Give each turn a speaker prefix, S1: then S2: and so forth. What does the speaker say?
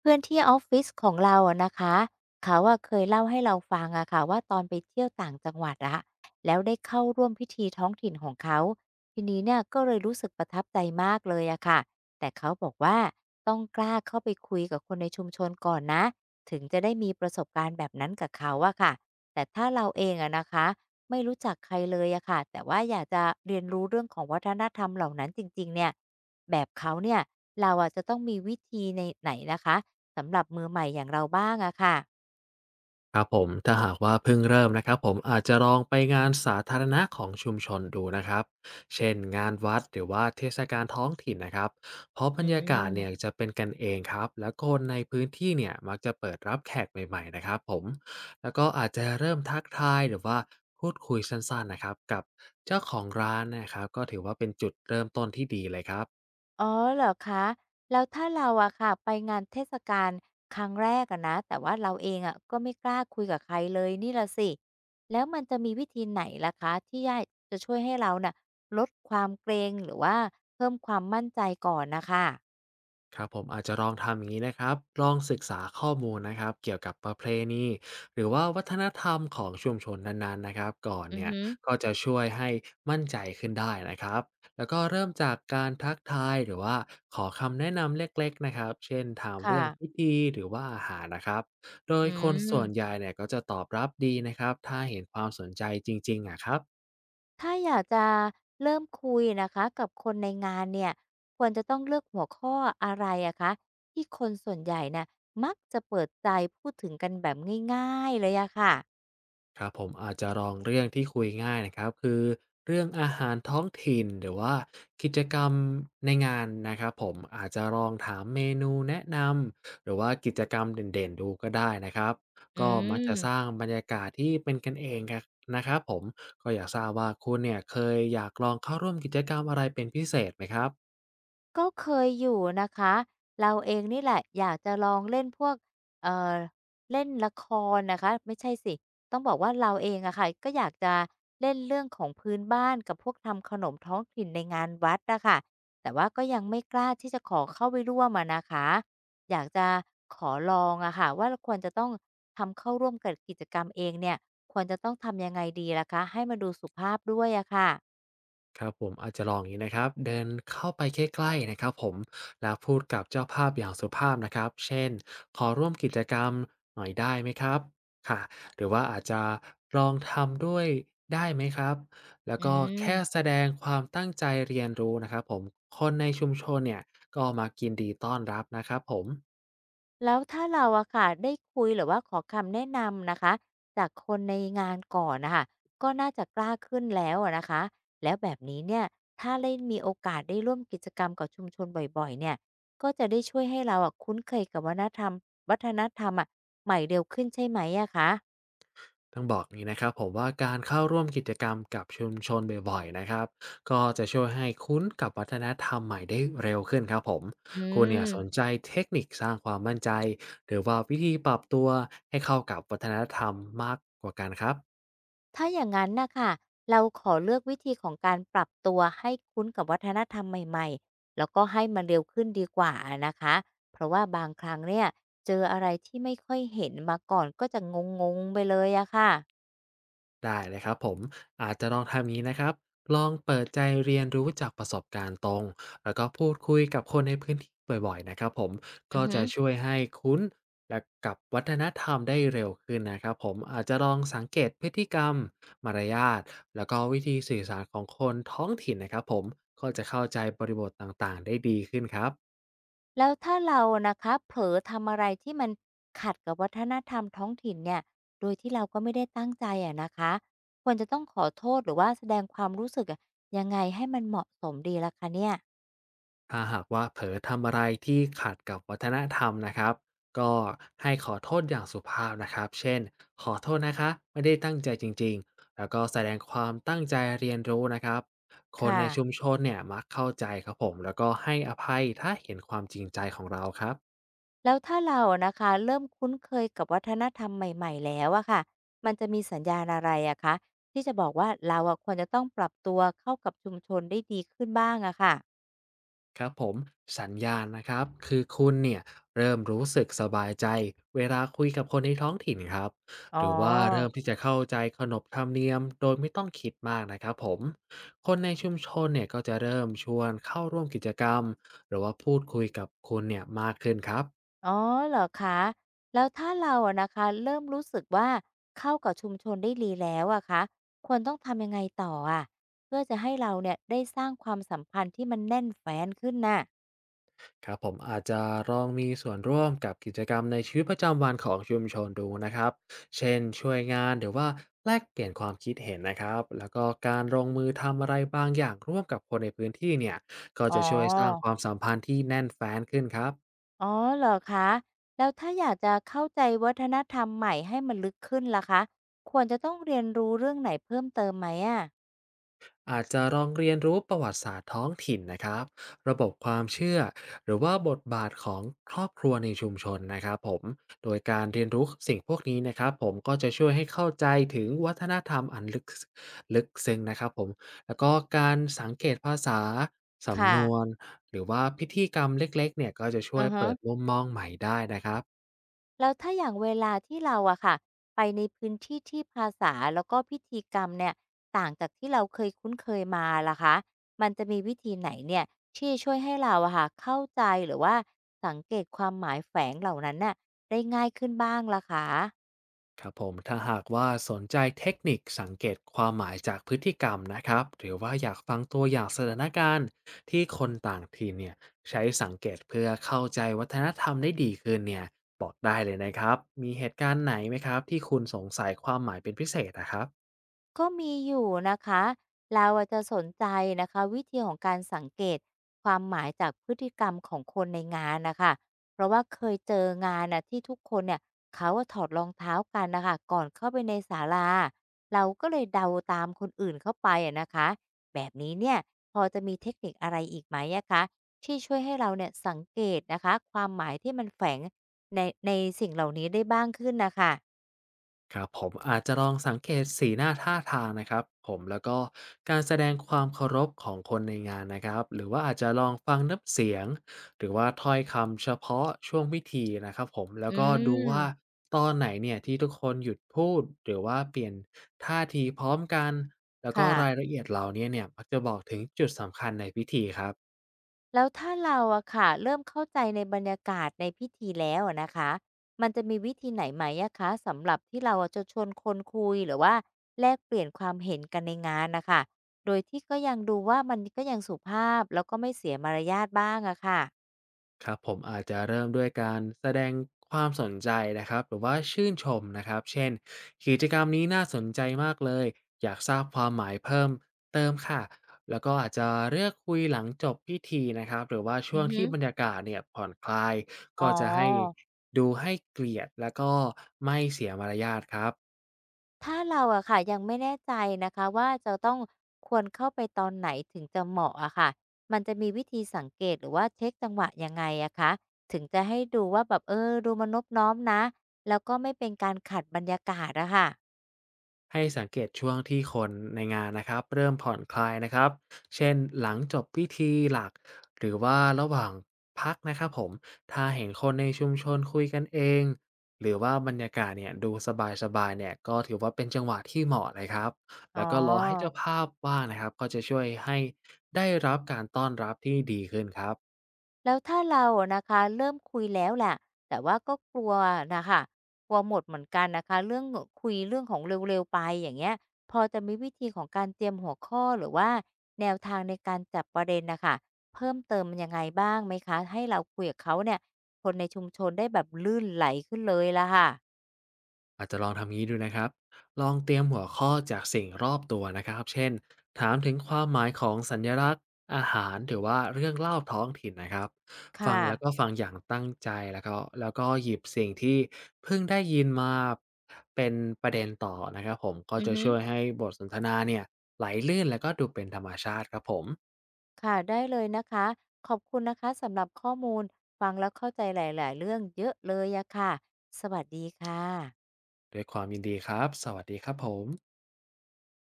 S1: เพื่อนที่ออฟฟิศของเราอะนะคะเขาอะเคยเล่าให้เราฟังอะค่ะว่าตอนไปเที่ยวต่างจังหวัดอะแล้วได้เข้าร่วมพิธีท้องถิ่นของเขาทีนี้เนี่ยก็เลยรู้สึกประทับใจมากเลยอะค่ะแต่เขาบอกว่าต้องกล้าเข้าไปคุยกับคนในชุมชนก่อนนะถึงจะได้มีประสบการณ์แบบนั้นกับเขาอะค่ะแต่ถ้าเราเองอะนะคะไม่รู้จักใครเลยอะค่ะแต่ว่าอยากจะเรียนรู้เรื่องของวัฒนธรรมเหล่านั้นจริงๆเนี่ยแบบเขาเนี่ยเราอะจะต้องมีวิธีในไหนนะคะ สำหรับมือใหม่อย่างเราบ้างอะค่ะ
S2: ครับผมถ้าหากว่าเพิ่งเริ่มนะครับผมอาจจะลองไปงานสาธารณะของชุมชนดูนะครับเช่นงานวัดหรือว่าเทศกาลท้องถิ่นนะครับเพราะบร
S1: อื
S2: รยากาศเนี่ย
S1: ม
S2: จะเป็นกันเองครับและคนในพื้นที่เนี่ยมักจะเปิดรับแขกใหม่ๆนะครับผมแล้วก็อาจจะเริ่มทักทายหรือว่าพูดคุยสั้นๆนะครับกับเจ้าของร้านนะครับก็ถือว่าเป็นจุดเริ่มต้นที่ดีเลยครับ
S1: อ๋อเหรอคะแล้วถ้าเราอะค่ะไปงานเทศกาลครั้งแรกอะนะแต่ว่าเราเองอะก็ไม่กล้าคุยกับใครเลยนี่ละสิแล้วมันจะมีวิธีไหนล่ะคะที่ย่าจะช่วยให้เราน่ะลดความเกรงหรือว่าเพิ่มความมั่นใจก่อนนะคะ
S2: ครับผมอาจจะลองทำอย่างนี้นะครับลองศึกษาข้อมูลนะครับเกี่ยวกับประเพณีหรือว่าวัฒนธรรมของชุมชนนั้นๆนะครับก่อน
S1: อือ
S2: เนี่ย
S1: ฮึ
S2: ก็จะช่วยให้มั่นใจขึ้นได้นะครับแล้วก็เริ่มจากการทักทายหรือว่าขอคำแนะนำเล็กๆนะครับเช่นถามเรื่
S1: ค่ะ
S2: องพิธีหรือว่าอาหารนะครับโดย
S1: อื
S2: คนส่วนให
S1: ม
S2: ญ่เนี่ยก็จะตอบรับดีนะครับถ้าเห็นความสนใจจริงๆอะครับ
S1: ถ้าอยากจะเริ่มคุยนะคะกับคนในงานเนี่ยควรจะต้องเลือกหัวข้ออะไรอะคะที่คนส่วนใหญ่น่ะมักจะเปิดใจพูดถึงกันแบบง่ายๆเลยอะค่ะ
S2: ครับผมอาจจะลองเรื่องที่คุยง่ายนะครับคือเรื่องอาหารท้องถิ่นหรือว่ากิจกรรมในงานนะครับผมอาจจะลองถามเมนูแนะนำหรือว่ากิจกรรมเด่นๆดูก็ได้นะครับ
S1: อื
S2: ก็มักจะสร้าง
S1: ม
S2: บรรยากาศที่เป็นกันเองกันนะครับผมก็อยากทราบว่าคุณเนี่ยเคยอยากลองเข้าร่วมกิจกรรมอะไรเป็นพิเศษไหมครับ
S1: ก็เคยอยู่นะคะ เราเองนี่แหละอยากจะลองเล่นพวกเอ่อเล่นละครนะคะไม่ใช่สิต้องบอกว่าเราเองอะค่ะก็อยากจะเล่นเรื่องของพื้นบ้านกับพวกทำขนมท้องถิ่นในงานวัดอะค่ะแต่ว่าก็ยังไม่กล้าที่จะขอเข้าไปร่วมอะนะคะอยากจะขอลองอะค่ะว่าเราควรจะต้องทำเข้าร่วมกับกิจกรรมเองเนี่ย ควรจะต้องทำยังไงดีล่ะคะ ให้มันดูสุภาพด้วยอะค่ะ
S2: ครับผมอาจจะลองอย่างนี้นะครับเดินเข้าไปใกล้ๆนะครับผมแล้วพูดกับเจ้าภาพอย่างสุภาพนะครับเช่นขอร่วมกิจกรรมหน่อยได้ไหมครับค่ะหรือว่าอาจจะลองทำด้วยได้ไหมครับแล้ว
S1: อื
S2: ก็แค่
S1: ม
S2: แสดงความตั้งใจเรียนรู้นะครับผมคนในชุมชนเนี่ยก็มากินดีต้อนรับนะครับผม
S1: แล้วถ้าเราอะค่ะได้คุยหรือว่าขอคำแนะนำนะคะจากคนในงานก่อนนะคะก็น่าจะกล้าขึ้นแล้วอะนะคะแล้วแบบนี้เนี่ยถ้าได้มีโอกาสได้ร่วมกิจกรรมกับชุมชนบ่อยๆเนี่ยก็จะได้ช่วยให้เราอะคุ้นเคยกับวัฒนธรรมวัฒนธรรมอะใหม่เร็วขึ้นใช่ไหมอะคะ
S2: ต้องบอกอย่างนี้นะครับผมว่าการเข้าร่วมกิจกรรมกับชุมชนบ่อยๆนะครับก็จะช่วยให้คุ้นกับวัฒนธรรมใหม่ได้เร็วขึ้นครับผม
S1: อื
S2: คุณเนี่ย
S1: ม
S2: สนใจเทคนิคสร้างความมั่นใจหรือว่าวิธีปรับตัวให้เข้ากับวัฒนธรรมมากกว่ากันครับ
S1: ถ้าอย่างนั้นนะค่ะเราขอเลือกวิธีของการปรับตัวให้คุ้นกับวัฒนธรรมใหม่ๆแล้วก็ให้มันเร็วขึ้นดีกว่านะคะเพราะว่าบางครั้งเนี่ยเจออะไรที่ไม่ค่อยเห็นมาก่อนก็จะงงๆไปเลยอะค่ะ
S2: ได้เลยครับผมอาจจะลองทำนี้นะครับลองเปิดใจเรียนรู้จากประสบการณ์ตรงแล้วก็พูดคุยกับคนในพื้นที่บ่อยๆนะครับผม
S1: อื
S2: ก็
S1: อฮึ
S2: จะช่วยให้คุ้นและกับวัฒนธรรมได้เร็วขึ้นนะครับผมอาจจะลองสังเกตพฤติกรรมมารยาทแล้วก็วิธีสื่อสารของคนท้องถิ่นนะครับผมก็จะเข้าใจบริบทต่างๆได้ดีขึ้นครับ
S1: แล้วถ้าเรานะคะเผลอทำอะไรที่มันขัดกับวัฒนธรรมท้องถิ่นเนี่ยโดยที่เราก็ไม่ได้ตั้งใจอะนะคะควรจะต้องขอโทษหรือว่าแสดงความรู้สึกอะยังไงให้มันเหมาะสมดีล่ะคะเนี่ย
S2: ถ้าหากว่าเผลอทำอะไรที่ขัดกับวัฒนธรรมนะครับก็ให้ขอโทษอย่างสุภาพนะครับเช่นขอโทษนะคะไม่ได้ตั้งใจจริงๆแล้วก็แสดงความตั้งใจเรียนรู้นะครับค
S1: ค
S2: นในชุม
S1: ่ะ
S2: ชนเนี่ยมักเข้าใจครับผมแล้วก็ให้อภัยถ้าเห็นความจริงใจของเราครับ
S1: แล้วถ้าเราอะนะคะเริ่มคุ้นเคยกับวัฒนธรรมใหม่ๆแล้วอะค่ะมันจะมีสัญญาณอะไรอะคะที่จะบอกว่าเราอะควรจะต้องปรับตัวเข้ากับชุมชนได้ดีขึ้นบ้างอะค่ะ
S2: ครับผมสัญญาณนะครับคือคุณเนี่ยเริ่มรู้สึกสบายใจเวลาคุยกับคนในท้องถิ่นครับ
S1: อ๋อ
S2: หรือว่าเริ่มที่จะเข้าใจขนบธรรมเนียมโดยไม่ต้องคิดมากนะครับผมคนในชุมชนเนี่ยก็จะเริ่มชวนเข้าร่วมกิจกรรมหรือว่าพูดคุยกับคุณเนี่ยมากขึ้นครับ
S1: อ๋อเหรอคะแล้วถ้าเราอะนะคะเริ่มรู้สึกว่าเข้ากับชุมชนได้ดีแล้วอะคะควรต้องทำยังไงต่ออะเพื่อจะให้เราเนี่ยได้สร้างความสัมพันธ์ที่มันแน่นแฟ้นขึ้นน่ะ
S2: ครับผมอาจจะลองมีส่วนร่วมกับกิจกรรมในชีวิตประจำวันของชุมชนดูนะครับ เช่นช่วยงานหรือว่าแลกเปลี่ยนความคิดเห็นนะครับแล้วก็การลงมือทำอะไรบางอย่างร่วมกับคนในพื้นที่เนี่ยก็
S1: อ๋
S2: จะช่วยสร้างค
S1: อ
S2: วามสัมพันธ์ที่แน่นแฟ้นขึ้นครับ
S1: อ๋อเหรอคะแล้วถ้าอยากจะเข้าใจวัฒนธรรมใหม่ให้มันลึกขึ้นล่ะคะควรจะต้องเรียนรู้เรื่องไหนเพิ่มเติมไหมอะ
S2: อาจจะลองเรียนรู้ประวัติศาสตร์ท้องถิ่นนะครับระบบความเชื่อหรือว่าบทบาทของครอบครัวในชุมชนนะครับผมโดยการเรียนรู้สิ่งพวกนี้นะครับผมก็จะช่วยให้เข้าใจถึงวัฒนธรรมอันลึกซึ้งนะครับผมแล้วก็การสังเกตภาษาสำนวน
S1: ค่ะ
S2: หรือว่าพิธีกรรมเล็กๆเนี่ยก็จะช่
S1: อื
S2: วย
S1: อฮึ
S2: เปิดมุมมองใหม่ได้นะครับ
S1: แล้วถ้าอย่างเวลาที่เราอะค่ะไปในพื้นที่ที่ภาษาแล้วก็พิธีกรรมเนี่ยต่างจากที่เราเคยคุ้นเคยมาล่ะคะมันจะมีวิธีไหนเนี่ยที่จะช่วยให้เราอะค่ะเข้าใจหรือว่าสังเกตความหมายแฝงเหล่านั้นน่ะได้ง่ายขึ้นบ้างล่ะคะ
S2: ครับผมถ้าหากว่าสนใจเทคนิคสังเกตความหมายจากพฤติกรรมนะครับหรือว่าอยากฟังตัวอย่างสถานการณ์ที่คนต่างถิ่นเนี่ยใช้สังเกตเพื่อเข้าใจวัฒนธรรมได้ดีขึ้นเนี่ยบอกได้เลยนะครับมีเหตุการณ์ไหนไหมครับที่คุณสงสัยความหมายเป็นพิเศษนะครับ
S1: ก็มีอยู่นะคะเราอะจะสนใจนะคะวิธีของการสังเกตความหมายจากพฤติกรรมของคนในงานนะคะเพราะว่าเคยเจองานน่ะที่ทุกคนเนี่ยเขาอะถอดรองเท้ากันนะคะก่อนเข้าไปในศาลาเราก็เลยเดาตามคนอื่นเข้าไปอะนะคะแบบนี้เนี่ยพอจะมีเทคนิคอะไรอีกไหมอะคะที่ช่วยให้เราเนี่ยสังเกตนะคะความหมายที่มันแฝงในในสิ่งเหล่านี้ได้บ้างขึ้นนะคะ
S2: ครับผมอาจจะลองสังเกตสีหน้าท่าทางนะครับผมแล้วก็การแสดงความเคารพของคนในงานนะครับหรือว่าอาจจะลองฟังน้ำเสียงหรือว่าถ้อยคำเฉพาะช่วงพิธีนะครับผมแล้ว
S1: อื
S2: ก็ดูว่า
S1: ม
S2: ตอนไหนเนี่ยที่ทุกคนหยุดพูดหรือว่าเปลี่ยนท่าทีพร้อมกันแล้วก็
S1: ค่ะ
S2: รายละเอียดเหล่านี้เนี่ยมักจะบอกถึงจุดสำคัญในพิธีครับ
S1: แล้วถ้าเราอะค่ะเริ่มเข้าใจในบรรยากาศในพิธีแล้วอะนะคะมันจะมีวิธีไหนไหมอะคะสำหรับที่เราอะจะชวนคนคุยหรือว่าแลกเปลี่ยนความเห็นกันในงานนะคะโดยที่ก็ยังดูว่ามันก็ยังสุภาพแล้วก็ไม่เสียมารยาทบ้างอะค่ะ
S2: ครับผมอาจจะเริ่มด้วยการแสดงความสนใจนะครับหรือว่าชื่นชมนะครับเช่นกิจกรรมนี้น่าสนใจมากเลยอยากทราบความหมายเพิ่มเติมค่ะแล้วก็อาจจะเลือกคุยหลังจบพิธีนะครับหรือว่าช่
S1: อื
S2: วง
S1: อฮึ
S2: ที่บรรยากาศเนี่ยผ่อนคลาย
S1: อ๋
S2: ก็
S1: อ
S2: จะให้ดูให้เกียรติแล้วก็ไม่เสียมารยาทครับ
S1: ถ้าเราอะค่ะยังไม่แน่ใจนะคะว่าจะต้องควรเข้าไปตอนไหนถึงจะเหมาะอะค่ะมันจะมีวิธีสังเกตหรือว่าเช็คจังหวะยังไงอะคะถึงจะให้ดูว่าแบบเออดูมันนอบน้อมนะแล้วก็ไม่เป็นการขัดบรรยากาศอะค่ะ
S2: ให้สังเกตช่วงที่คนในงานนะครับเริ่มผ่อนคลายนะครับเช่นหลังจบพิธีหลักหรือว่าระหว่างพักนะครับผมถ้าเห็นคนในชุมชนคุยกันเองหรือว่าบรรยากาศเนี่ยดูสบายๆเนี่ยก็ถือว่าเป็นจังหวะที่เหมาะเลยครับ
S1: อ๋อ
S2: แล้วก็รอให้เจ้าภาพว่างนะครับก็จะช่วยให้ได้รับการต้อนรับที่ดีขึ้นครับ
S1: แล้วถ้าเราอะนะคะเริ่มคุยแล้วแหละแต่ว่าก็กลัวนะคะกลัวหมดเหมือนกันนะคะเรื่องคุยเรื่องของเร็วๆไปอย่างเงี้ยพอจะมีวิธีของการเตรียมหัวข้อหรือว่าแนวทางในการจับประเด็นนะคะเพิ่มเติมยังไงบ้างไหมคะให้เราคุยกับเขาเนี่ยคนในชุมชนได้แบบลื่นไหลขึ้นเลยละค่ะ
S2: อาจจะลองทำงี้ดูนะครับ ลองเตรียมหัวข้อจากสิ่งรอบตัวนะครับ เช่นถามถึงความหมายของสัญลักษณ์อาหารหรือว่าเรื่องเล่าท้องถิ่นนะครับฟัง
S1: ค่ะ
S2: แล้วก็ฟังอย่างตั้งใจแล้วก็หยิบสิ่งที่เพิ่งได้ยินมาเป็นประเด็นต่อนะครับผมก็
S1: อือ
S2: จะ
S1: ฮึ
S2: ช่วยให้บทสนทนาเนี่ยไหลลื่นแล้วก็ดูเป็นธรรมชาติครับผม
S1: ค่ะได้เลยนะคะขอบคุณนะคะสำหรับข้อมูลฟังแล้วเข้าใจหลายๆเรื่องเยอะเลยอะค่ะสวัสดีค่ะ
S2: ด้วยความยินดีครับสวัสดีครับผม